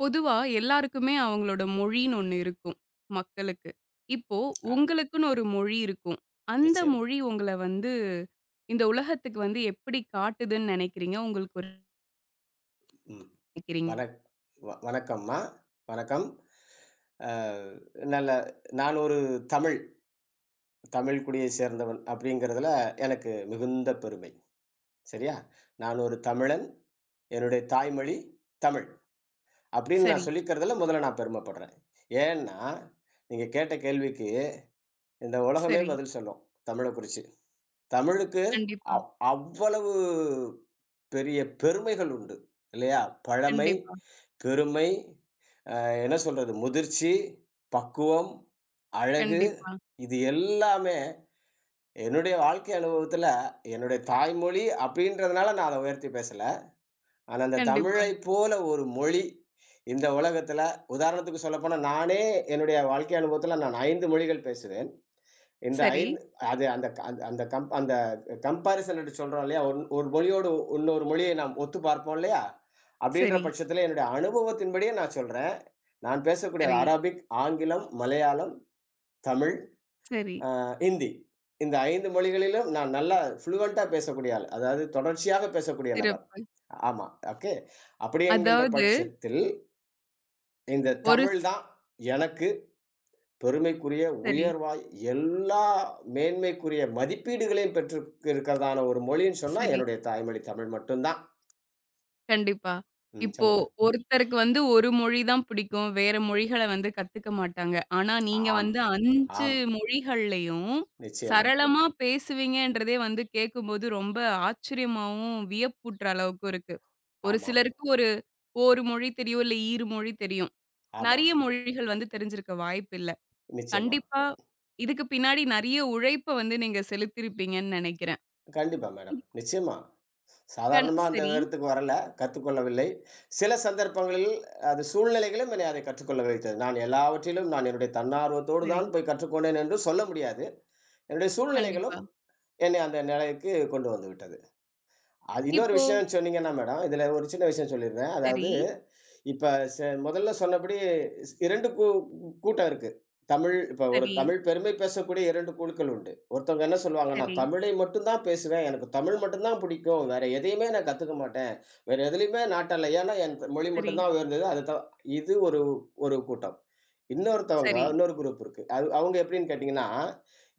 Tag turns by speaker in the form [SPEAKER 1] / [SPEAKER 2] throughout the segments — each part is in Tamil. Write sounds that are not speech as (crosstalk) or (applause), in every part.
[SPEAKER 1] பொதுவா எல்லாருக்குமே அவங்களோட மொழின்னு ஒண்ணு இருக்கும், மக்களுக்கு. இப்போ
[SPEAKER 2] ஆ,
[SPEAKER 1] உங்களுக்குன்னு ஒரு மொழி இருக்கும். அந்த
[SPEAKER 2] நிச்சயமா.
[SPEAKER 1] மொழி உங்கள வந்து இந்த உலகத்துக்கு வந்து எப்படி காட்டுதுன்னு நினைக்கிறீங்க? உங்களுக்கு ஒரு
[SPEAKER 2] ம்.
[SPEAKER 1] நினைக்கிறீங்க?
[SPEAKER 2] வணக் வணக்கம்மா. வணக்கம். அ நல்ல நான் ஒரு தமிழ், தமிழ் குடியை சேர்ந்தவன் அப்படிங்கிறதுல எனக்கு மிகுந்த பெருமை. சரியா? நான் ஒரு தமிழன். என்னுடைய தாய்மொழி தமிழ். அப்படின்னு
[SPEAKER 1] சரி,
[SPEAKER 2] நான் சொல்லிக்கிறதுல முதல்ல நான் பெருமைப்படுறேன். ஏன்னா, நீங்க கேட்ட கேள்விக்கு இந்த உலகமே
[SPEAKER 1] சரி.
[SPEAKER 2] பதில் சொல்லும். தமிழ குறிச்சு. தமிழுக்கு
[SPEAKER 1] கண்டிப்பா,
[SPEAKER 2] அவ்வளவு பெரிய பெருமைகள் உண்டு. இல்லையா? பழமை,
[SPEAKER 1] கண்டிப்பா,
[SPEAKER 2] பெருமை, அ என்ன சொல்றது? முதிர்ச்சி, பக்குவம், அழகு.
[SPEAKER 1] கண்டிப்பா,
[SPEAKER 2] இது எல்லாமே என்னுடைய வாழ்க்கை அனுபவத்துல, என்னுடைய தாய்மொழி அப்டின்றதுனால நான் அத உயர்த்தி பேசல. ஆனா, அந்த
[SPEAKER 1] கண்டிப்பா.
[SPEAKER 2] தமிழைப் போல ஒரு மொழி இந்த உலகத்துல உதாரணத்துக்கு சொல்லப்போனா, நானே என்னுடைய வாழ்க்கை அனுபவத்துல நான் 5 மொழிகள் பேசுவேன். இந்த
[SPEAKER 1] சரி,
[SPEAKER 2] 5 அது அந்த அந்த அந்த கம் அந்த கம்பேரிசன் என்று சொல்றோம் இல்லையா? ஒரு மொழியோடு இன்னொரு மொழியை நாம் ஒத்து பார்ப்போம் இல்லையா? அப்படின்ற
[SPEAKER 1] சரி,
[SPEAKER 2] பட்சத்தில என்னுடைய அனுபவத்தின்படியே நான் சொல்றேன். நான் பேசக்கூடிய
[SPEAKER 1] சரி,
[SPEAKER 2] அரபிக், ஆங்கிலம், மலையாளம், தமிழ்,
[SPEAKER 1] சரி.
[SPEAKER 2] அ ஹிந்தி. இந்த 5 மொழிகளிலும் நான் நல்லா ஃப்ளூயன்ட்டா பேசக்கூடிய ஆள். அதாவது தொடர்ச்சியாக பேசக்கூடிய நபர்.
[SPEAKER 1] சிறப்பு.
[SPEAKER 2] ஆமா. ஓகே. அப்படி என்கின்ற
[SPEAKER 1] அதாவது
[SPEAKER 2] பட்சத்தில் இந்த
[SPEAKER 1] ஒரு
[SPEAKER 2] தமிழ் தான் எனக்கு பெருமைக்குரிய,
[SPEAKER 1] சரி,
[SPEAKER 2] உயர்வாய் எல்லா மேன்மைக்குரிய மதிப்பீடுகளையும் பெற்று இருக்கிறதான ஒரு மொழின்னு சொன்னா,
[SPEAKER 1] சரி.
[SPEAKER 2] என்னுடைய தாய்மொழி தமிழ் மட்டும் தான்.
[SPEAKER 1] கண்டிப்பா.
[SPEAKER 2] ம்.
[SPEAKER 1] இப்போ
[SPEAKER 2] சொல்லுங்க.
[SPEAKER 1] ஒருத்தருக்கு வந்து ஒரு மொழி தான் பிடிக்கும். வேற மொழிகள வந்து கத்துக்க மாட்டாங்க. ஆனா, நீங்க
[SPEAKER 2] ஆம்,
[SPEAKER 1] வந்து 5
[SPEAKER 2] ஆம்.
[SPEAKER 1] மொழிகள்லயும்
[SPEAKER 2] நிச்சயமா.
[SPEAKER 1] சரளமா பேசுவீங்கன்றதே வந்து கேட்கும்போது ரொம்ப ஆச்சரியமாவும், வியப்பூட்டுற அளவுக்கு இருக்கு. ஒரு
[SPEAKER 2] ஆமாம்,
[SPEAKER 1] சிலருக்கு ஒரு ஒரு மொழி தெரியும், இல்ல ஈறு மொழி தெரியும்.
[SPEAKER 2] ஆமாம்.
[SPEAKER 1] நெறைய மொழிகள் வந்து தெரிஞ்சிருக்க வாய்ப்பில்ல.
[SPEAKER 2] நிச்சயமா.
[SPEAKER 1] கண்டிப்பா இதுக்கு பின்னாடி நெறைய உழைப்ப வந்து நீங்க செலுத்தியிருப்பீங்கன்னு நெனைக்கிறேன்.
[SPEAKER 2] கண்டிப்பா மேடம்.
[SPEAKER 1] இப்
[SPEAKER 2] நிச்சயமா. சாதாரணமா அந்த
[SPEAKER 1] சரி,
[SPEAKER 2] உயரத்துக்கு வரல. கத்துக்கொள்ளவில்லை. சில சந்தர்ப்பங்களில் அது சூழ்நிலைகளும் என்னை அதை கற்றுக்கொள்ள வைத்தது. நான் எல்லாவற்றிலும் நான் என்னுடைய தன்னார்வத்தோடு
[SPEAKER 1] சரி.
[SPEAKER 2] தான் போய் கற்றுக்கொண்டேன் என்று சொல்ல முடியாது. என்னுடைய
[SPEAKER 1] கண்டிப்பா.
[SPEAKER 2] சூழ்நிலைகளும் என்னை அந்த நிலைக்கு கொண்டு வந்து விட்டது. அது இன்னொரு
[SPEAKER 1] இப்போ
[SPEAKER 2] விஷயம் சொன்னீங்கன்னா மேடம், இதுல ஒரு சின்ன விஷயம் சொல்லிடுறேன். அதாவது
[SPEAKER 1] சரி,
[SPEAKER 2] இப்ப ச முதல்ல சொன்னபடி 2 கூட்டம் இருக்கு. தமிழ் இப்ப ஒரு
[SPEAKER 1] சரி,
[SPEAKER 2] தமிழ் பெருமை பேசக்கூடிய 2 குழுக்கள் உண்டு. ஒருத்தவங்க என்ன சொல்லுவாங்கன்னா,
[SPEAKER 1] சரி.
[SPEAKER 2] "தமிழை மட்டும் தான் பேசுவேன். எனக்கு தமிழ் மட்டும் தான் பிடிக்கும். வேற எதையுமே நான் கத்துக்க மாட்டேன். வேற எதுலயுமே நாட்டல்ல. ஏன்னா, என் த- மொழி
[SPEAKER 1] சரி,
[SPEAKER 2] மட்டும் தான் உயர்ந்தது. அது தான்." இது ஒரு ஒரு கூட்டம். இன்னொருத்தவங்க
[SPEAKER 1] சரி.
[SPEAKER 2] இன்னொரு குரூப் இருக்கு. அது அவங்க எப்படின்னு கேட்டீங்கன்னா,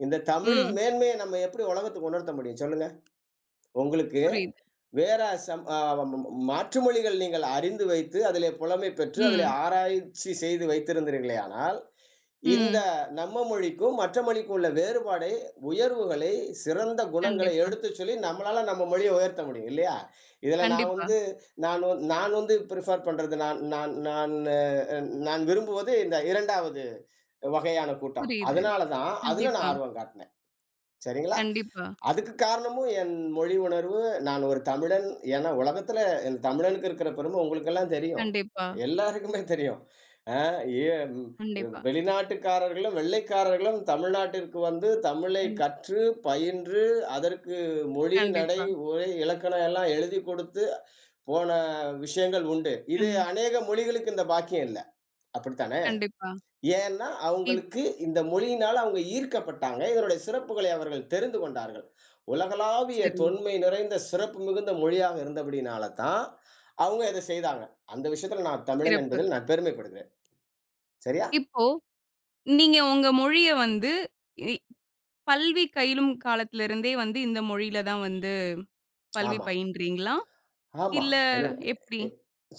[SPEAKER 2] இந்த தமிழின்
[SPEAKER 1] ம்.
[SPEAKER 2] மேன்மையை நம்ம எப்படி உலகத்துக்கு உணர்த்த முடியும்? சொல்லுங்க. உங்களுக்கு
[SPEAKER 1] புரியுது.
[SPEAKER 2] வேற சம் ஆ மாற்று மொழிகள் நீங்கள் அறிந்து வைத்து, அதிலே புலமை பெற்று, அதிலே
[SPEAKER 1] ம்.
[SPEAKER 2] ஆராய்ச்சி செய்து வைத்திருந்தீர்களேயானால், இந்த
[SPEAKER 1] ம்.
[SPEAKER 2] நம்ம மொழிக்கும், மற்ற மொழிக்கும் உள்ள வேறுபாடை, உயர்வுகளை, சிறந்த குணங்களை
[SPEAKER 1] கண்டிப்பா,
[SPEAKER 2] எடுத்துச் சொல்லி நம்மளால நம்ம மொழிய உயர்த்த முடியும் இல்லையா? இதுல நான்
[SPEAKER 1] கண்டிப்பா.
[SPEAKER 2] வந்து நான் வந் நான் வந்து பிரிஃபர் பண்றது நான் நான் நான் நான் விரும்புவது இந்த 2வது வகையான கூட்டம்.
[SPEAKER 1] புரியுது.
[SPEAKER 2] அதனால தான், அதுல நான்
[SPEAKER 1] கண்டிப்பா,
[SPEAKER 2] ஆர்வம் காட்டினேன். சரிங்களா?
[SPEAKER 1] கண்டிப்பா,
[SPEAKER 2] அதுக்கு காரணமும் என் மொழி உணர்வு. நான் ஒரு தமிழன். ஏன்னா உலகத்துல என் தமிழனுக்கு இருக்கிற பெருமை உங்களுக்கெல்லாம் தெரியும்.
[SPEAKER 1] கண்டிப்பா,
[SPEAKER 2] எல்லாருக்குமே தெரியும். அ ஏ ம்
[SPEAKER 1] கண்டிப்பா,
[SPEAKER 2] வெளிநாட்டுக்காரர்களும், வெள்ளைக்காரர்களும் தமிழ்நாட்டிற்கு வந்து தமிழை
[SPEAKER 1] கண்
[SPEAKER 2] கற்று, பயின்று, அதற்கு மொழி, நடை,
[SPEAKER 1] கண்டிப்பா,
[SPEAKER 2] உரை, இலக்கணம் எல்லாம் எழுதிக் கொடுத்து போன விஷயங்கள் உண்டு. இது
[SPEAKER 1] கண்
[SPEAKER 2] அநேக மொழிகளுக்கு இந்த பாக்கியம் இல்ல. அப்படித்தான?
[SPEAKER 1] கண்டிப்பா.
[SPEAKER 2] ஏன்னா,
[SPEAKER 1] இப்
[SPEAKER 2] அவங்களுக்கு இந்த மொழியினால அவங்க ஈர்க்கப்பட்டாங்க. இதனுடைய சிறப்புகளை அவர்கள் தெரிந்து கொண்டார்கள். உலகளாவிய
[SPEAKER 1] சரி,
[SPEAKER 2] தொன்மை நிறைந்த சிறப்பு மிகுந்த மொழியாக இருந்தபடியினால தான், அவங்க இத செய்தாங்க. அந்த விஷயத்துல நான் தமிழன்
[SPEAKER 1] சிறப்பு.
[SPEAKER 2] என்பதில் நான் பெருமைப்படுகிறேன். சரியா?
[SPEAKER 1] இப்போ நீங்க உங்க மொழிய வந்து இ பல்வி கயிலும் காலத்திலிருந்தே வந்து இந்த மொழியில தான் வந்து பல்வி
[SPEAKER 2] ஆமாம்,
[SPEAKER 1] பயின்றீங்களா?
[SPEAKER 2] ஆமாம்.
[SPEAKER 1] இல்ல
[SPEAKER 2] என்னோட
[SPEAKER 1] எப்படி?
[SPEAKER 2] எ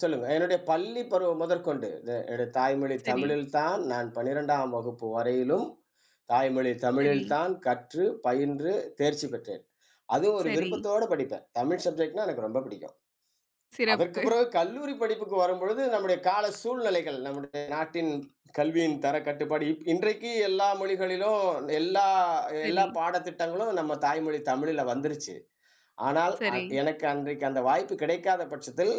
[SPEAKER 2] சொல்லுங்க. என்னுடைய பள்ளி பருவம் முதற்கொண்டு, இது என்னுடைய தாய்மொழி
[SPEAKER 1] சரி,
[SPEAKER 2] தமிழில் தான் நான் 12ஆம் வகுப்பு வரையிலும் தாய்மொழி
[SPEAKER 1] சரி,
[SPEAKER 2] தமிழில் தான் கற்று, பயின்று, தேர்ச்சி பெற்றேன். அதுவும் ஒரு
[SPEAKER 1] சரி.
[SPEAKER 2] விருப்பத்தோட படிப்பேன். தமிழ் சப்ஜெக்ட்னா எனக்கு ரொம்ப பிடிக்கும். அதற்கு
[SPEAKER 1] சிறப்பு.
[SPEAKER 2] பிறகு கல்லூரி படிப்புக்கு வரும்பொழுது நம்முடைய கால சூழ்நிலைகள், நம்முடைய நாட்டின் கல்வியின் தர கட்டுப்பாடு. இன்றைக்கு எல்லா மொழிகளிலும், எல்லா எல்லா
[SPEAKER 1] சரி,
[SPEAKER 2] பாடத்திட்டங்களும் நம்ம தாய்மொழி தமிழ்ல வந்துருச்சு. ஆனால்,
[SPEAKER 1] சரி,
[SPEAKER 2] எனக்கு அன்றைக்கு அந்த வாய்ப்பு கிடைக்காத பட்சத்தில்,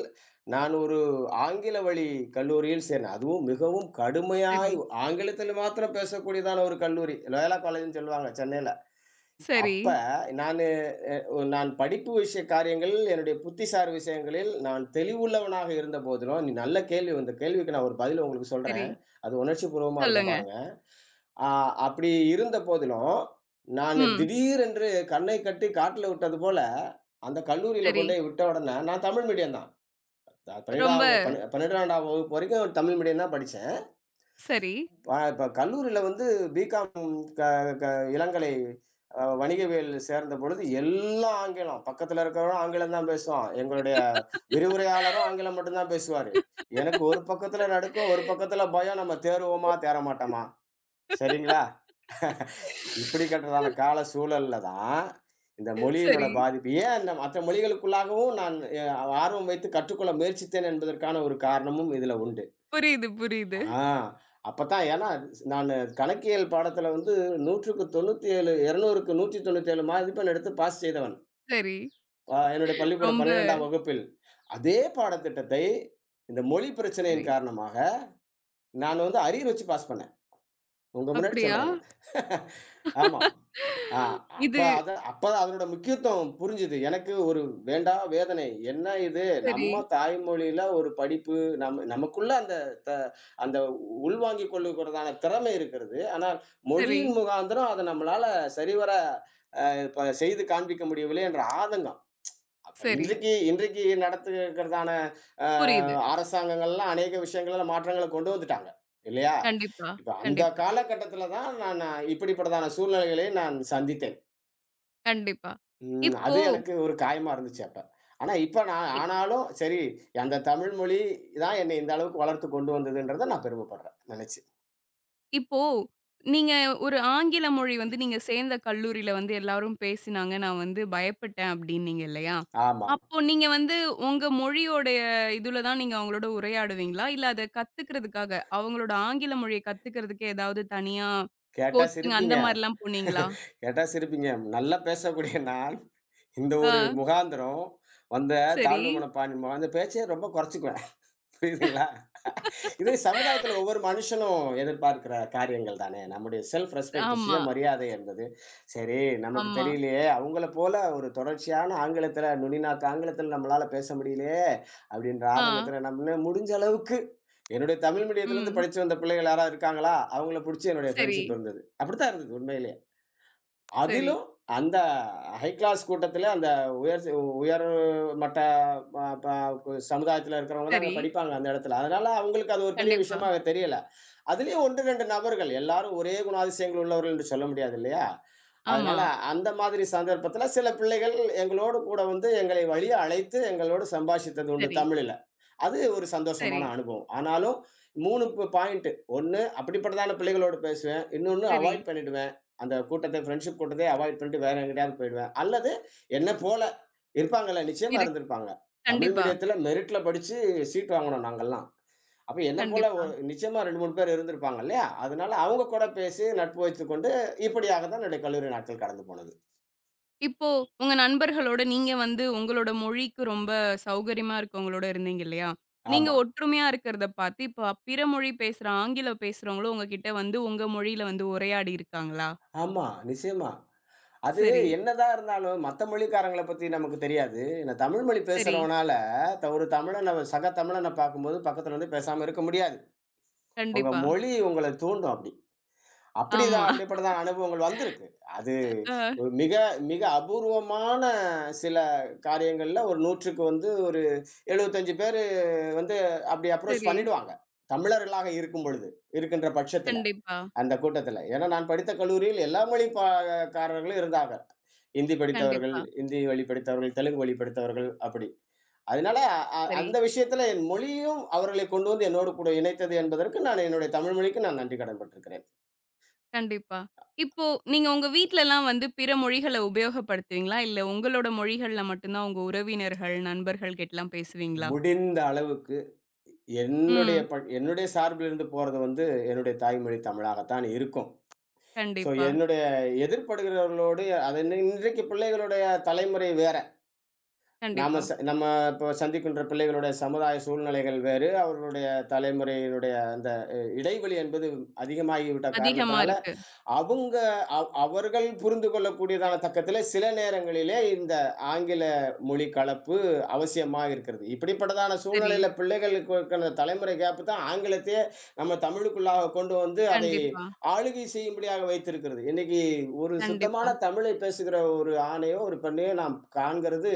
[SPEAKER 2] நான் ஒரு ஆங்கில வழி கல்லூரியில் சேர்ந்தேன். அதுவும் மிகவும்
[SPEAKER 1] சரி,
[SPEAKER 2] கடுமையாய் ஆங்கிலத்தில் மாத்திரம் பேசக்கூடியதான ஒரு கல்லூரி. லோயோலா காலேஜ்ன்னு சொல்லுவாங்க சென்னையில.
[SPEAKER 1] சரி,
[SPEAKER 2] அப்ப நானு நான் படிப்பு விஷய காரியங்களில், என்னுடைய புத்திசார் விஷயங்களில் நான் தெளிவுள்ளவனாக இருந்தபோதிலும், நீ நல்ல கேள்வி இந்த கேள்விக்கு நான் ஒரு பதில் உங்களுக்கு
[SPEAKER 1] சரி.
[SPEAKER 2] சொல்றேன். அது உணர்ச்சிபூர்வமா இருக்கும்
[SPEAKER 1] சொல்லுங்க.
[SPEAKER 2] பாருங்க. ஆ அப்படி இருந்த போதிலும், நானு
[SPEAKER 1] ம்.
[SPEAKER 2] திடீரென்று கண்ணை கட்டி காட்டுல விட்டது போல, அந்த கல்லூரியில
[SPEAKER 1] சரி.
[SPEAKER 2] கொண்டோய் விட்ட உடனே நான் தமிழ் மீடியம் தான்.
[SPEAKER 1] ரொம்ப
[SPEAKER 2] 12ஆம் வகுப்பு வரைக்கும் தமிழ் மீடியம் தான் படிச்சேன்.
[SPEAKER 1] சரி.
[SPEAKER 2] இப்ப கல்லூரியில வந்து பிகாம் க க இளங்கலை வணிகவியல் சேர்ந்தபொழுது எல்லாம் ஆங்கிலம். பக்கத்துல இருக்கிறவனும் ஆங்கிலம் தான் பேசுவான். எங்களுடைய விரிவுரையாளரும் ஆங்கிலம் மட்டும் தான் பேசுவாரு. எனக்கு ஒரு பக்கத்துல நடுக்கம், ஒரு பக்கத்துல பயம். நம்ம தேறுவோமா, தேற மாட்டோமா? சரிங்களா? இப்படிப்பட்டதான கால சூழல்ல தான் இந்த மொழியினோட
[SPEAKER 1] சரி.
[SPEAKER 2] பாதிப்பு. ஏன் இந்த மற்ற மொழிகளுக்குள்ளாகவும் நான் ஆர்வம் வைத்து கற்றுக்கொள்ள முயற்சித்தேன் என்பதற்கான ஒரு காரணமும் இதுல உண்டு.
[SPEAKER 1] புரியுது, புரியுது.
[SPEAKER 2] ஆ அப்பத்தான் ஏன்னா, நானு கணக்கியல் பாடத்துல வந்து 100க்கு 97, 200க்கு 197 மதிப்பெண் எடுத்து பாஸ் செய்தவன்.
[SPEAKER 1] சரி.
[SPEAKER 2] என்னுடைய பள்ளிக்கூட
[SPEAKER 1] ரொம்ப
[SPEAKER 2] 12ஆம் வகுப்பில். அதே பாடத்திட்டத்தை இந்த மொழி
[SPEAKER 1] சரி.
[SPEAKER 2] பிரச்சனையின் காரணமாக நான் வந்து அரியர் வச்சு பாஸ் பண்ணேன். உங்க முன்னாடி
[SPEAKER 1] அப்படியா?
[SPEAKER 2] சொல்றேன் நான். (laughs) ஆமாம். ஆ,
[SPEAKER 1] இது
[SPEAKER 2] அப்பதான் அதனோட முக்கியத்துவம் புரிஞ்சுது. எனக்கு ஒரு வேண்டா வேதனை. என்ன இது?
[SPEAKER 1] சரி,
[SPEAKER 2] நம்ம தாய்மொழியில ஒரு படிப்பு, நமக்குள்ள த அந்த உள்வாங்கிக் கொள்ளுகிறதான திறமை இருக்கிறது. ஆனால்
[SPEAKER 1] சரி,
[SPEAKER 2] மொழியின் முகாந்திரம் அத நம்மளால சரிவர இப்ப செய்து காண்பிக்க முடியவில்லை என்ற ஆதங்கம். அப்ப
[SPEAKER 1] சரி.
[SPEAKER 2] இன்றைக்கு இன்றைக்கு நடத்துகிறதான அ
[SPEAKER 1] புரியுது.
[SPEAKER 2] அரசாங்கங்கள்லாம் அநேக விஷயங்கள்ல மாற்றங்கள கொண்டு வந்துட்டாங்க. இல்லையா?
[SPEAKER 1] கண்டிப்பா,
[SPEAKER 2] இப்ப அந்த
[SPEAKER 1] கண்டிப்பா,
[SPEAKER 2] காலகட்டத்துல தான் நான் நான் இப்படிப்பட்டதான சூழ்நிலைகளை நான் சந்தித்தேன்.
[SPEAKER 1] கண்டிப்பா.
[SPEAKER 2] ம்.
[SPEAKER 1] இப்போ
[SPEAKER 2] அது எனக்கு ஒரு காயமா இருந்துச்சு அப்ப. ஆனா இப்ப நான் ஆனாலும் சரி, அந்த தமிழ் மொழி தான் என்னை இந்த அளவுக்கு வளர்த்து கொண்டு வந்ததுன்றத நான் பெருமைப்படுறேன் நெனச்சு.
[SPEAKER 1] இப்போ, நீங்க ஒரு ஆங்கில மொழி வந்து நீங்க சேர்ந்த கல்லூரியில வந்து எல்லாரும் பேசினாங்க. நான் வந்து பயப்பட்டேன் அப்டின்னீங்க இல்லையா?
[SPEAKER 2] ஆமா.
[SPEAKER 1] அப்போ நீங்க வந்து உங்க மொழியோடைய இதுல தான் நீங்க அவங்களோட உரையாடுவீங்களா? இல்ல அத கத்துக்கிறதுக்காக, அவங்களோட ஆங்கில மொழிய கத்துக்கிறதுக்கு ஏதாவது தனியா
[SPEAKER 2] கேட்டா
[SPEAKER 1] கோச்சிங் அந்த
[SPEAKER 2] சிரிப்பீங்க.
[SPEAKER 1] மாரிலாம் போனீங்களா?
[SPEAKER 2] (laughs) கேட்டா சிரிப்பீங்க. நல்லா பேசக்கூடிய நான், இந்த ஒரு
[SPEAKER 1] ஆ,
[SPEAKER 2] முகாந்திரம், வந்த
[SPEAKER 1] சரி.
[SPEAKER 2] தாழ்வு மனப்பான்மை, அந்த பேச்சையே ரொம்ப குறைச்சுக்குவேன். புரியுதுங்களா? இதே சமுதாயத்துல ஒவ்வொரு மனுஷனும் எதிர்பார்க்கிற காரியங்கள் தானே! நம்முடைய செல்ஃப் ரெஸ்பெக்ட்
[SPEAKER 1] ஆமா,
[SPEAKER 2] சுயமரியாதை என்பது, சரி நமக்கு
[SPEAKER 1] ஆமா.
[SPEAKER 2] தெரியலையே, அவங்கள போல ஒரு தொடர்ச்சியான ஆங்கிலத்துல நுனிநாக்கு ஆங்கிலத்துல நம்மளால பேச முடியலையே, அப்படின்ற
[SPEAKER 1] ஆ,
[SPEAKER 2] ஆதங்கத்துல நம்ம முடிஞ்ச அளவுக்கு என்னுடைய தமிழ் மீடியத்திலருந்து
[SPEAKER 1] ம்.
[SPEAKER 2] படிச்சு வந்த பிள்ளைகள் யாராவது இருக்காங்களா? அவங்கள புடிச்சு என்னுடைய
[SPEAKER 1] சரி,
[SPEAKER 2] ஃப்ரெண்ட்ஷிப் இருந்தது. அப்படித்தான் இருந்தது உண்மையிலே.
[SPEAKER 1] சரி,
[SPEAKER 2] அதிலும் அந்த ஹை கிளாஸ் கூட்டத்தில, அந்த உயர் உயர் மட்ட ப ப சமுதாயத்தில இருக்கிறவங்க தான் அங்க
[SPEAKER 1] சரி.
[SPEAKER 2] படிப்பாங்க, அந்த இடத்துல. அதனால அவங்களுக்கு அது ஒரு பெரிய
[SPEAKER 1] கண்டிப்பா.
[SPEAKER 2] விஷயமா தெரியல. அதிலயும் 1, 2 நபர்கள், எல்லாரும் ஒரே குணாதிசயங்கள் உள்ளவர்கள் என்று சொல்ல முடியாது இல்லையா?
[SPEAKER 1] ஆமா.
[SPEAKER 2] அதனால அந்த மாதிரி சந்தர்ப்பத்தில சில பிள்ளைகள் எங்களோடு கூட வந்து எங்களை வழிய அழைத்து எங்களோடு சம்பாஷித்தது உண்டு
[SPEAKER 1] சரி,
[SPEAKER 2] தமிழில். அது ஒரு
[SPEAKER 1] சரி,
[SPEAKER 2] சந்தோஷமான அனுபவம். ஆனாலும் 3 பாயிண்ட். ஒண்ணு அப்படிப்பட்டதான பிள்ளைகளோடு பேசுவேன். இன்னொன்னு
[SPEAKER 1] சரி.
[SPEAKER 2] அவாய்ட் பண்ணிடுவேன். அந்த கூட்டத்தை ஃப்ரெண்ட்ஷிப் கூட்டத்தையே அவாய்ட் பண்ணிட்டு வேற எங்கிட்டாவது போயிடுவேன். அல்லது என்ன போல இருப்பாங்கல்ல, நிச்சயமா
[SPEAKER 1] இரு
[SPEAKER 2] இருந்திருப்பாங்க. தமிழ்
[SPEAKER 1] கண்டிப்பா,
[SPEAKER 2] மீடியத்தில மெரிட்ல படிச்சு சீட் வாங்குனோம் நாங்கல்லாம். அப்ப என்ன போல
[SPEAKER 1] கண்டிப்பா.
[SPEAKER 2] ஒரு நிச்சயமா 2, 3 பேர் இருந்திருப்பாங்க இல்லையா? அதனால அவங்க கூட பேசி நட்பு வைத்துக்கொண்டு, இப்படியாக தான் என்னுடைய கல்லூரி நாட்கள் கடந்து போனது.
[SPEAKER 1] இப்போ உங்க நண்பர்களோட நீங்க வந்து உங்களோட மொழிக்கு ரொம்ப சௌகரியமா இருக்கவங்களோட இருந்தீங்க இல்லையா? நீங்க
[SPEAKER 2] ஆமா,
[SPEAKER 1] ஒற்றுமையா இருக்கிறத பார்த்து, இப்ப பிற மொழி பேசுற ஆங்கிலம் பேசுறவங்களும் உங்ககிட்ட வந்து உங்க மொழியில வந்து உரையாடி இருக்காங்களா?
[SPEAKER 2] ஆமா. நிச்சயமா. அது
[SPEAKER 1] சரி,
[SPEAKER 2] என்னதான் இருந்தாலும், மத்த மொழிக்காரங்கள பத்தி நமக்கு தெரியாது. ஏன்னா தமிழ் மொழி
[SPEAKER 1] சரி.
[SPEAKER 2] பேசுறவனால, ஒரு தமிழன சக தமிழன பார்க்கும்போது பக்கத்துல வந்து பேசாம இருக்க முடியாது. உங்க
[SPEAKER 1] கண்டிப்பா.
[SPEAKER 2] மொழி உங்கள தூண்டும் அப்படி. அப்படிதான்
[SPEAKER 1] ஆமா.
[SPEAKER 2] அப்படிப்பட்டதான அனுபவங்கள் வந்திருக்கு. அது
[SPEAKER 1] ஆ
[SPEAKER 2] ஒரு மிக மிக அபூர்வமான சில காரியங்கள்ல ஒரு 100க்கு வந்து ஒரு 75 பேரு வந்து அப்படி அப்ரோச்
[SPEAKER 1] சரி.
[SPEAKER 2] பண்ணிடுவாங்க. தமிழர்களாக இருக்கும் பொழுது, இருக்கின்ற பட்சத்துல,
[SPEAKER 1] கண்டிப்பா,
[SPEAKER 2] அந்த கூட்டத்துல. ஏன்னா நான் படித்த கல்லூரியில் எல்லா மொழி பா காரர்களும் இருந்தாங்க. இந்தி படித்தவர்கள்,
[SPEAKER 1] கண்டிப்பா.
[SPEAKER 2] இந்தி வழி படித்தவர்கள், தெலுங்கு வழி படித்தவர்கள் அப்படி. அதனால
[SPEAKER 1] சரி,
[SPEAKER 2] அந்த விஷயத்துல என் மொழியும் அவர்களை கொண்டு வந்து என்னோடு கூட இணைத்தது என்பதற்கு நான் என்னுடைய தமிழ் மொழிக்கு நான் நன்றி கடன் பட்டிருக்கிறேன்.
[SPEAKER 1] கண்டிப்பா. இப்போ நீங்க உங்க வீட்லலாம் வந்து பிற மொழிகள உபயோகப்படுத்துவீங்களா? இல்ல உங்களோட மொழிகள்ல மட்டும் தான் உங்க உறவினர்கள், நண்பர்கள் கிட்டலாம் பேசுவீங்களா?
[SPEAKER 2] முடிந்த அளவுக்கு என்னுடைய
[SPEAKER 1] ம்.
[SPEAKER 2] என்னுடைய சார்பிலிருந்து போறது வந்து என்னுடைய தாய்மொழி தமிழாகத்தான் இருக்கும். ஸோ
[SPEAKER 1] கண்டிப்பா,
[SPEAKER 2] என்னுடைய எதிர்படுகிறவர்களோடு அது இன்றைக்கு பிள்ளைகளுடைய தலைமுறை வேற. நாம
[SPEAKER 1] கண்டிப்பா.
[SPEAKER 2] ச நம்ம இப்போ சந்திக்கின்ற பிள்ளைகளுடைய சமுதாய சூழ்நிலைகள் வேறு. அவர்களுடைய தலைமுறையினுடைய அந்த இடைவெளி என்பது அதிகமாகிவிட்ட
[SPEAKER 1] அதிகமா
[SPEAKER 2] காரணத்தினால,
[SPEAKER 1] இருக்கு.
[SPEAKER 2] அவங்க அவ் அவர்கள் புரிந்து கொள்ளக்கூடியதான தக்கத்திலே சில நேரங்களிலே இந்த ஆங்கில மொழி கலப்பு அவசியமா இருக்கிறது. இப்படிப்பட்டதான
[SPEAKER 1] சரி.
[SPEAKER 2] சூழ்நிலையில பிள்ளைகளுக்கு இருக்கிற அந்த தலைமுறை கேப் தான் ஆங்கிலத்தையே நம்ம தமிழுக்குள்ளாக கொண்டு வந்து அதை
[SPEAKER 1] கண்டிப்பா,
[SPEAKER 2] ஆளுகை செய்யும்படியாக வைத்திருக்கிறது. இன்னைக்கு ஒரு சுத்தமான
[SPEAKER 1] கண்டிப்பா.
[SPEAKER 2] தமிழை பேசுகிற ஒரு ஆணையோ, ஒரு பெண்ணையோ நாம் காண்கிறது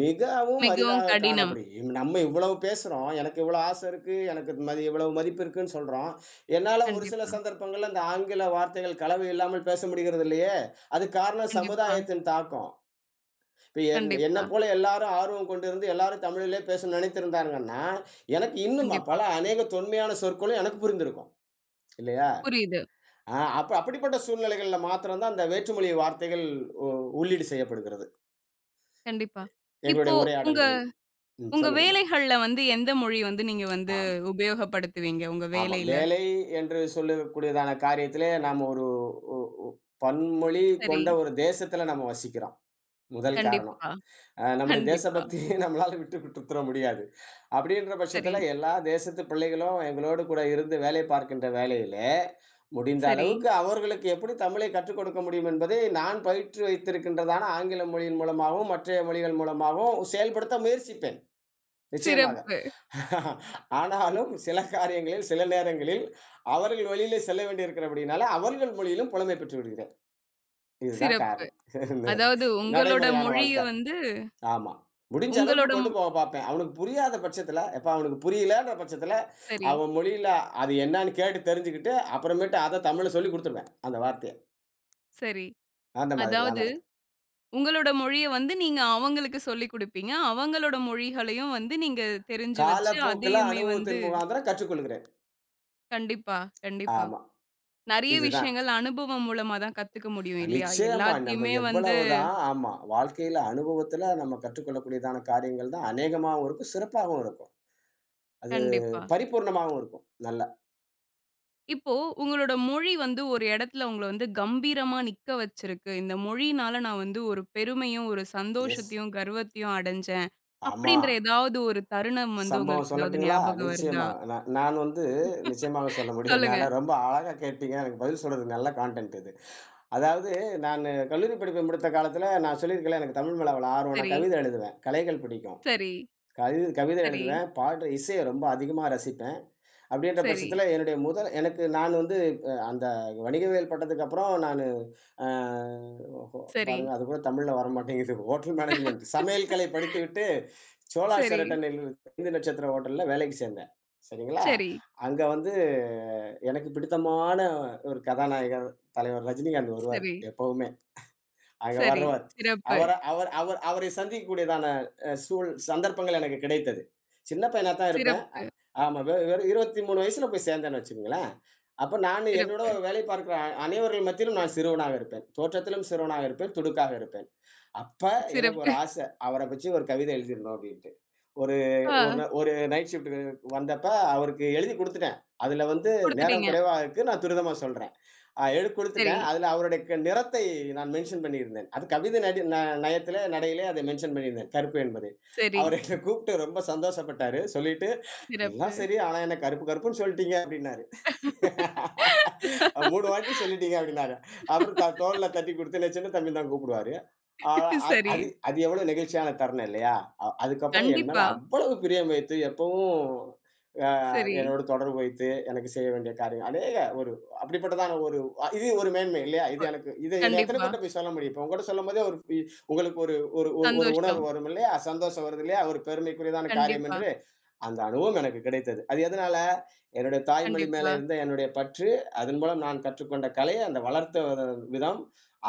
[SPEAKER 2] மிகவும்
[SPEAKER 1] மிகவும்
[SPEAKER 2] அரிதாக
[SPEAKER 1] கடினம்.
[SPEAKER 2] காணப்படும். நம்ம இவ்வளவு பேசுறோம். எனக்கு இவ்வளவு ஆசை இருக்கு. எனக்கு இவ்வளவு மதிப்பு இருக்குன்னு சொல்றோம். என்னால ஒரு சில
[SPEAKER 1] கண்டிப்பா,
[SPEAKER 2] சந்தர்ப்பங்கள்ல அந்த ஆங்கில வார்த்தைகள் கலவை இல்லாமல் பேச முடிகிறது இல்லையே! அதுக்கு காரணம்
[SPEAKER 1] கண்டிப்பா,
[SPEAKER 2] சமுதாயத்தின் தாக்கம். இப்ப
[SPEAKER 1] கண்டிப்பா,
[SPEAKER 2] என்னப் போல எல்லாரும் ஆர்வம் கொண்டிருந்து எல்லாரும் தமிழிலே பேச நினைத்திருந்தாங்கன்னா, எனக்கு இன்னும்
[SPEAKER 1] கண்டிப்பா.
[SPEAKER 2] பல அநேக தொன்மையான சொற்களும் எனக்கு புரிந்திருக்கும். இல்லையா?
[SPEAKER 1] புரியுது.
[SPEAKER 2] அப்ப அப்படிப்பட்ட சூழ்நிலைகள்ல மாத்திரம் தான் அந்த வேற்றுமொழி வார்த்தைகள் உ உள்ளீடு செய்யப்படுகிறது.
[SPEAKER 1] கண்டிப்பா.
[SPEAKER 2] எங்களுடைய
[SPEAKER 1] இப்போ உங்க
[SPEAKER 2] உரையாடல்களில். ம்.
[SPEAKER 1] உங்க
[SPEAKER 2] சொல்லுங்கம்மா.
[SPEAKER 1] வேலைகள்ல வந்து எந்த மொழி வந்து நீங்க வந்து
[SPEAKER 2] ஆம்.
[SPEAKER 1] உபயோகப்படுத்துவீங்க உங்க
[SPEAKER 2] ஆமா.
[SPEAKER 1] வேலையில?
[SPEAKER 2] வேலை என்று சொல்லக்கூடியதான காரியத்திலே நாம ஒரு உ உ பன்மொழி
[SPEAKER 1] சரி.
[SPEAKER 2] கொண்ட ஒரு தேசத்தில நம்ம வசிக்கிறோம். முதல் காரணம்.
[SPEAKER 1] கண்டிப்பா,
[SPEAKER 2] நம்முடைய
[SPEAKER 1] கண்டிப்பா.
[SPEAKER 2] தேசபக்திய (laughs) நம்மளால விட்டுக்குடுத்துற முடியாது. அப்படின்ற
[SPEAKER 1] சரி,
[SPEAKER 2] பட்சத்துல எல்லா தேசத்து பிள்ளைகளும் எங்களோடு கூட இருந்து வேலை பார்க்கின்ற வேளையிலே, முடிந்த
[SPEAKER 1] சரி.
[SPEAKER 2] அளவுக்கு அவர்களுக்கு எப்படி தமிழை கற்றுக் கொடுக்க முடியும் என்பதை நான் பயிற்று வைத்திருக்கின்றதான ஆங்கில மொழியின் மூலமாகவும், மற்றைய மொழிகள் மூலமாகவும் செயல்படுத்த முயற்சிப்பேன். நிச்சயமாக.
[SPEAKER 1] சிறப்பு,
[SPEAKER 2] (laughs) ஆனாலும் சில காரியங்களில், சில நேரங்களில் அவர்கள் வழியிலே செல்ல வேண்டியிருக்கிறபடியினால, அவர்கள் மொழியிலும் புலமை பெற்று விடுகிறேன். இதுதான்
[SPEAKER 1] சிறப்பு.
[SPEAKER 2] காரணம். (laughs)
[SPEAKER 1] அதாவது உங்களோட
[SPEAKER 2] நடைமுறையான
[SPEAKER 1] மொழிய
[SPEAKER 2] வாழ்க்கை.
[SPEAKER 1] வந்து
[SPEAKER 2] ஆமா. முடிஞ்ச அளவுக்கு
[SPEAKER 1] உங்களோட
[SPEAKER 2] கொண்டு
[SPEAKER 1] மொ
[SPEAKER 2] போக பார்ப்பேன். அவனுக்கு புரியாத பட்சத்தில, எப்ப அவனுக்கு புரியலன்ற பட்சத்தில,
[SPEAKER 1] சரி,
[SPEAKER 2] அவன் மொழியில அது என்னான்னு கேட்டு தெரிஞ்சுக்கிட்டு, அப்புறமேட்டு அத தமிழ்ல சொல்லிக் குடுத்துருவேன். அந்த வார்த்தைய.
[SPEAKER 1] சரி.
[SPEAKER 2] அந்த மாதிரி தான்
[SPEAKER 1] அதாவது
[SPEAKER 2] நடக்குது.
[SPEAKER 1] உங்களோட மொழிய வந்து நீங்க அவங்களுக்கு சொல்லிக் குடுப்பீங்க. அவங்களோட மொழிகளையும் வந்து நீங்க தெரிஞ்சு வச்சு,
[SPEAKER 2] காலப்போக்குல
[SPEAKER 1] அதையுமே வந்து
[SPEAKER 2] அனுபவத்தின் முகாந்திரம் கற்றுக்கொள்கிறேன்.
[SPEAKER 1] கண்டிப்பா, கண்டிப்பா.
[SPEAKER 2] ஆமா.
[SPEAKER 1] நெறைய
[SPEAKER 2] இதுதான்.
[SPEAKER 1] விஷயங்கள் அனுபவம் மூலமா தான் கத்துக்க முடியும் இல்லையா?
[SPEAKER 2] நிச்சயமா நம்ம
[SPEAKER 1] எல்லாத்தையுமே வந்து
[SPEAKER 2] எவ்வளவுதான் ஆமா. வாழ்க்கையில அனுபவத்தில நம்ம கற்றுக்கொள்ளக்கூடியதான காரியங்கள் தான் அநேகமாவும் இருக்கும், சிறப்பாகவும் இருக்கும். அது
[SPEAKER 1] கண்டிப்பா.
[SPEAKER 2] பரிபூர்ணமாவும் இருக்கும். நல்லா.
[SPEAKER 1] இப்போ உங்களோட மொழி வந்து ஒரு இடத்துல உங்கள வந்து கம்பீரமா நிக்க வச்சிருக்கு. இந்த மொழியினால நான் வந்து ஒரு பெருமையும், ஒரு
[SPEAKER 2] எஸ்.
[SPEAKER 1] சந்தோஷத்தையும், கர்வத்தையும் அடைஞ்சேன்.
[SPEAKER 2] ஆமா.
[SPEAKER 1] அப்படின்ற ஏதாவது ஒரு தருணம் வந்து
[SPEAKER 2] சம்பவம்
[SPEAKER 1] உங்களுக்கு ஏதாவது
[SPEAKER 2] சொல்லட்டுங்களா?
[SPEAKER 1] ஞாபகம் வருதா?
[SPEAKER 2] நிச்சயமா. நான் நான் வந்து நிச்சயமாக சொல்ல முடியும்.
[SPEAKER 1] சொல்லுங்க.
[SPEAKER 2] என்னால ரொம்ப அழகா கேட்டீங்க. எனக்கு பதில் சொல்றதுக்கு நல்ல கான்டென்ட் இது. அதாவது நானு கல்லூரி படிப்பை முடித்த காலத்தில நான் சொல்லியிருக்கேன்ல, எனக்கு தமிழ் மேல அவ்வளோ ஆர்வம். நான்
[SPEAKER 1] சரி,
[SPEAKER 2] கவிதை எழுதுவேன். கலைகள் பிடிக்கும்.
[SPEAKER 1] சரி,
[SPEAKER 2] கவிதை
[SPEAKER 1] சரி,
[SPEAKER 2] எழுதுவேன். பாடுற இசைய ரொம்ப அதிகமா ரசிப்பேன். அப்படின்ற
[SPEAKER 1] சரி, சரி,
[SPEAKER 2] பட்சத்தில என்னுடைய முதல் எனக்கு நான் வந்து அந்த வணிகவியல் பட்டதுக்கப்புறம் நானு அ ஹோ
[SPEAKER 1] சரி.
[SPEAKER 2] பாருங்க அது கூட தமிழ்ல வரமாட்டேங்குது. ஹோட்டல் மேனேஜ்மென்ட் சமையல் கலை படித்துவிட்டு சோழா
[SPEAKER 1] சரி,
[SPEAKER 2] ஷெரட்டனில் 5 நட்சத்திர ஹோட்டல்ல வேலைக்கு சேர்ந்தேன். சரிங்களா?
[SPEAKER 1] சரி,
[SPEAKER 2] அங்க வந்து எனக்கு பிடித்தமான ஒரு கதாநாயகர் தலைவர் ரஜினிகாந்த் வருவாரு
[SPEAKER 1] சரி,
[SPEAKER 2] எப்பவுமே. அங்க
[SPEAKER 1] சரி.
[SPEAKER 2] வர்றவர்.
[SPEAKER 1] சிறப்பு,
[SPEAKER 2] அவர அவர் அவர் அவரை சந்திக்கக்கூடியதான அ சூழ் சந்தர்ப்பங்கள் எனக்கு கிடைத்தது. சின்ன பையனா தான் இருப்பேன்.
[SPEAKER 1] சிறப்பு,
[SPEAKER 2] ஆமா. வெறும் 23 வயசுல போய் சேர்ந்தேன்னு வச்சுக்கங்களேன். அப்ப நான் என்னோட
[SPEAKER 1] சிறப்பு,
[SPEAKER 2] வேலை பார்க்கிற அனைவர்கள் மத்தியிலும் நான் சிறுவனாக இருப்பேன். தோற்றத்திலும் சிறுவனாக இருப்பேன், துடுக்காக இருப்பேன். அப்ப எனக்கு
[SPEAKER 1] சிறப்பு.
[SPEAKER 2] ஒரு ஆசை. அவர வச்சு ஒரு கவிதை எழுதிரணும் அப்டின்ட்டு. ஒரு ஒரு
[SPEAKER 1] ஆ
[SPEAKER 2] ந ஒரு நைட் ஷிஃப்ட்க்கு வந்தப்ப அவருக்கு எழுதி குடுத்துட்டேன். அதுல வந்து நேரம்
[SPEAKER 1] குடுத்துட்டீங்க.
[SPEAKER 2] குறைவா இருக்கு. நான் துரிதமா சொல்றேன். எழுதி
[SPEAKER 1] சரி,
[SPEAKER 2] குடுத்துட்டேன். அதுல அவருடைய நிறத்தை நான் மென்ஷன் பண்ணியிருந்தேன். அது கவிதை நடி ந நயத்திலே, நடையிலே அதை மென்ஷன் பண்ணியிருந்தேன். கருப்பு என்பதை.
[SPEAKER 1] சரி,
[SPEAKER 2] அவர் என்ன கூப்ட்டு ரொம்ப சந்தோஷப்பட்டாரு. சொல்லிட்டு எல்லாம்
[SPEAKER 1] சிறப்பு.
[SPEAKER 2] சரி. ஆனா என்ன கருப்பு கருப்புன்னு சொல்லிட்டீங்க அப்டின்னாரு. 3 வாட்டி சொல்லிட்டீங்க அப்டின்னாரு. அப்புறம் தோள்ல தட்டி குடுத்து என்ன சின்ன தம்பின்னு தான் கூப்பிடுவாரு. ஆ அது
[SPEAKER 1] சரி.
[SPEAKER 2] அது அது எவ்வளோ நெகிழ்ச்சியான தருணம் இல்லையா? அதுக்கப்புறம் என் மேல
[SPEAKER 1] கண்டிப்பா.
[SPEAKER 2] அவ்வளவு பிரியம் வைத்து எப்பவும் அ
[SPEAKER 1] சரி.
[SPEAKER 2] என்னோட தொடர்பு வைத்து எனக்கு செய்ய வேண்டிய காரியம் அநேக ஒரு அப்படிப்பட்டதான ஒரு இது ஒரு மேன்மை இல்லையா? இது
[SPEAKER 1] ஒ
[SPEAKER 2] எனக்கு இது இத எத்தன
[SPEAKER 1] கண்டிப்பா.
[SPEAKER 2] பேர்ட்ட போய் சொல்ல முடியும்? இப்ப உங்கட்ட சொல்லும்போதே உங்களுக்கு ஒரு ஒரு ஒரு ஒரு உணர்வு
[SPEAKER 1] சந்தோஷம்.
[SPEAKER 2] வரும் இல்லையா? சந்தோஷம் வருது இல்லையா? ஒரு பெருமைக்குரியதான காரியம்
[SPEAKER 1] கண்டிப்பா,
[SPEAKER 2] என்று அந்த அனுபவம் எனக்கு கிடைத்தது. அது எதனால? என்னுடைய தாய்மொழி மேல
[SPEAKER 1] கண்டிப்பா,
[SPEAKER 2] இருந்த என்னுடைய பற்று, அதன் மூலம் நான் கற்றுக்கொண்ட கலை, அந்த வளர்த்த வித விதம்,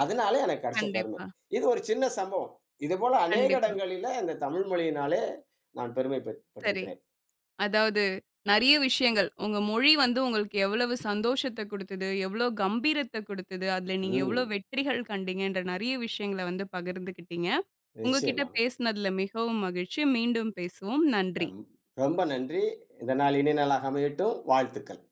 [SPEAKER 2] அதனால எனக்கு கிடைச்ச பெருமை.
[SPEAKER 1] கண்டிப்பா,
[SPEAKER 2] இது ஒரு சின்ன சம்பவம். இதுபோல அநேக
[SPEAKER 1] கண்டிப்பா.
[SPEAKER 2] இடங்களில இந்த தமிழ் மொழியினாலே நான் பெருமை
[SPEAKER 1] சரி.
[SPEAKER 2] பெற்றிருக்கிறேன்.
[SPEAKER 1] அதாவது நெறைய விஷயங்கள். உங்க மொழி வந்து உங்களுக்கு எவ்வளவு சந்தோஷத்த குடுத்தது, எவ்வளோ கம்பீரத்த குடுத்தது, அதுல நீங்க எவ்வளோ
[SPEAKER 2] ம்.
[SPEAKER 1] வெற்றிகள் கண்டீங்கன்ற நெறைய விஷயங்கள வந்து பகிர்ந்துக்கிட்டீங்க. உங்க கிட்ட
[SPEAKER 2] நிச்சயமாக.
[SPEAKER 1] பேசினதுல மிகவும் மகிழ்ச்சி. மீண்டும் பேசுவோம். நன்றி.
[SPEAKER 2] ரம் ரொம்ப நன்றி. இந்த நாள் இனிய நாளாக அமையட்டும். வாழ்த்துக்கள்.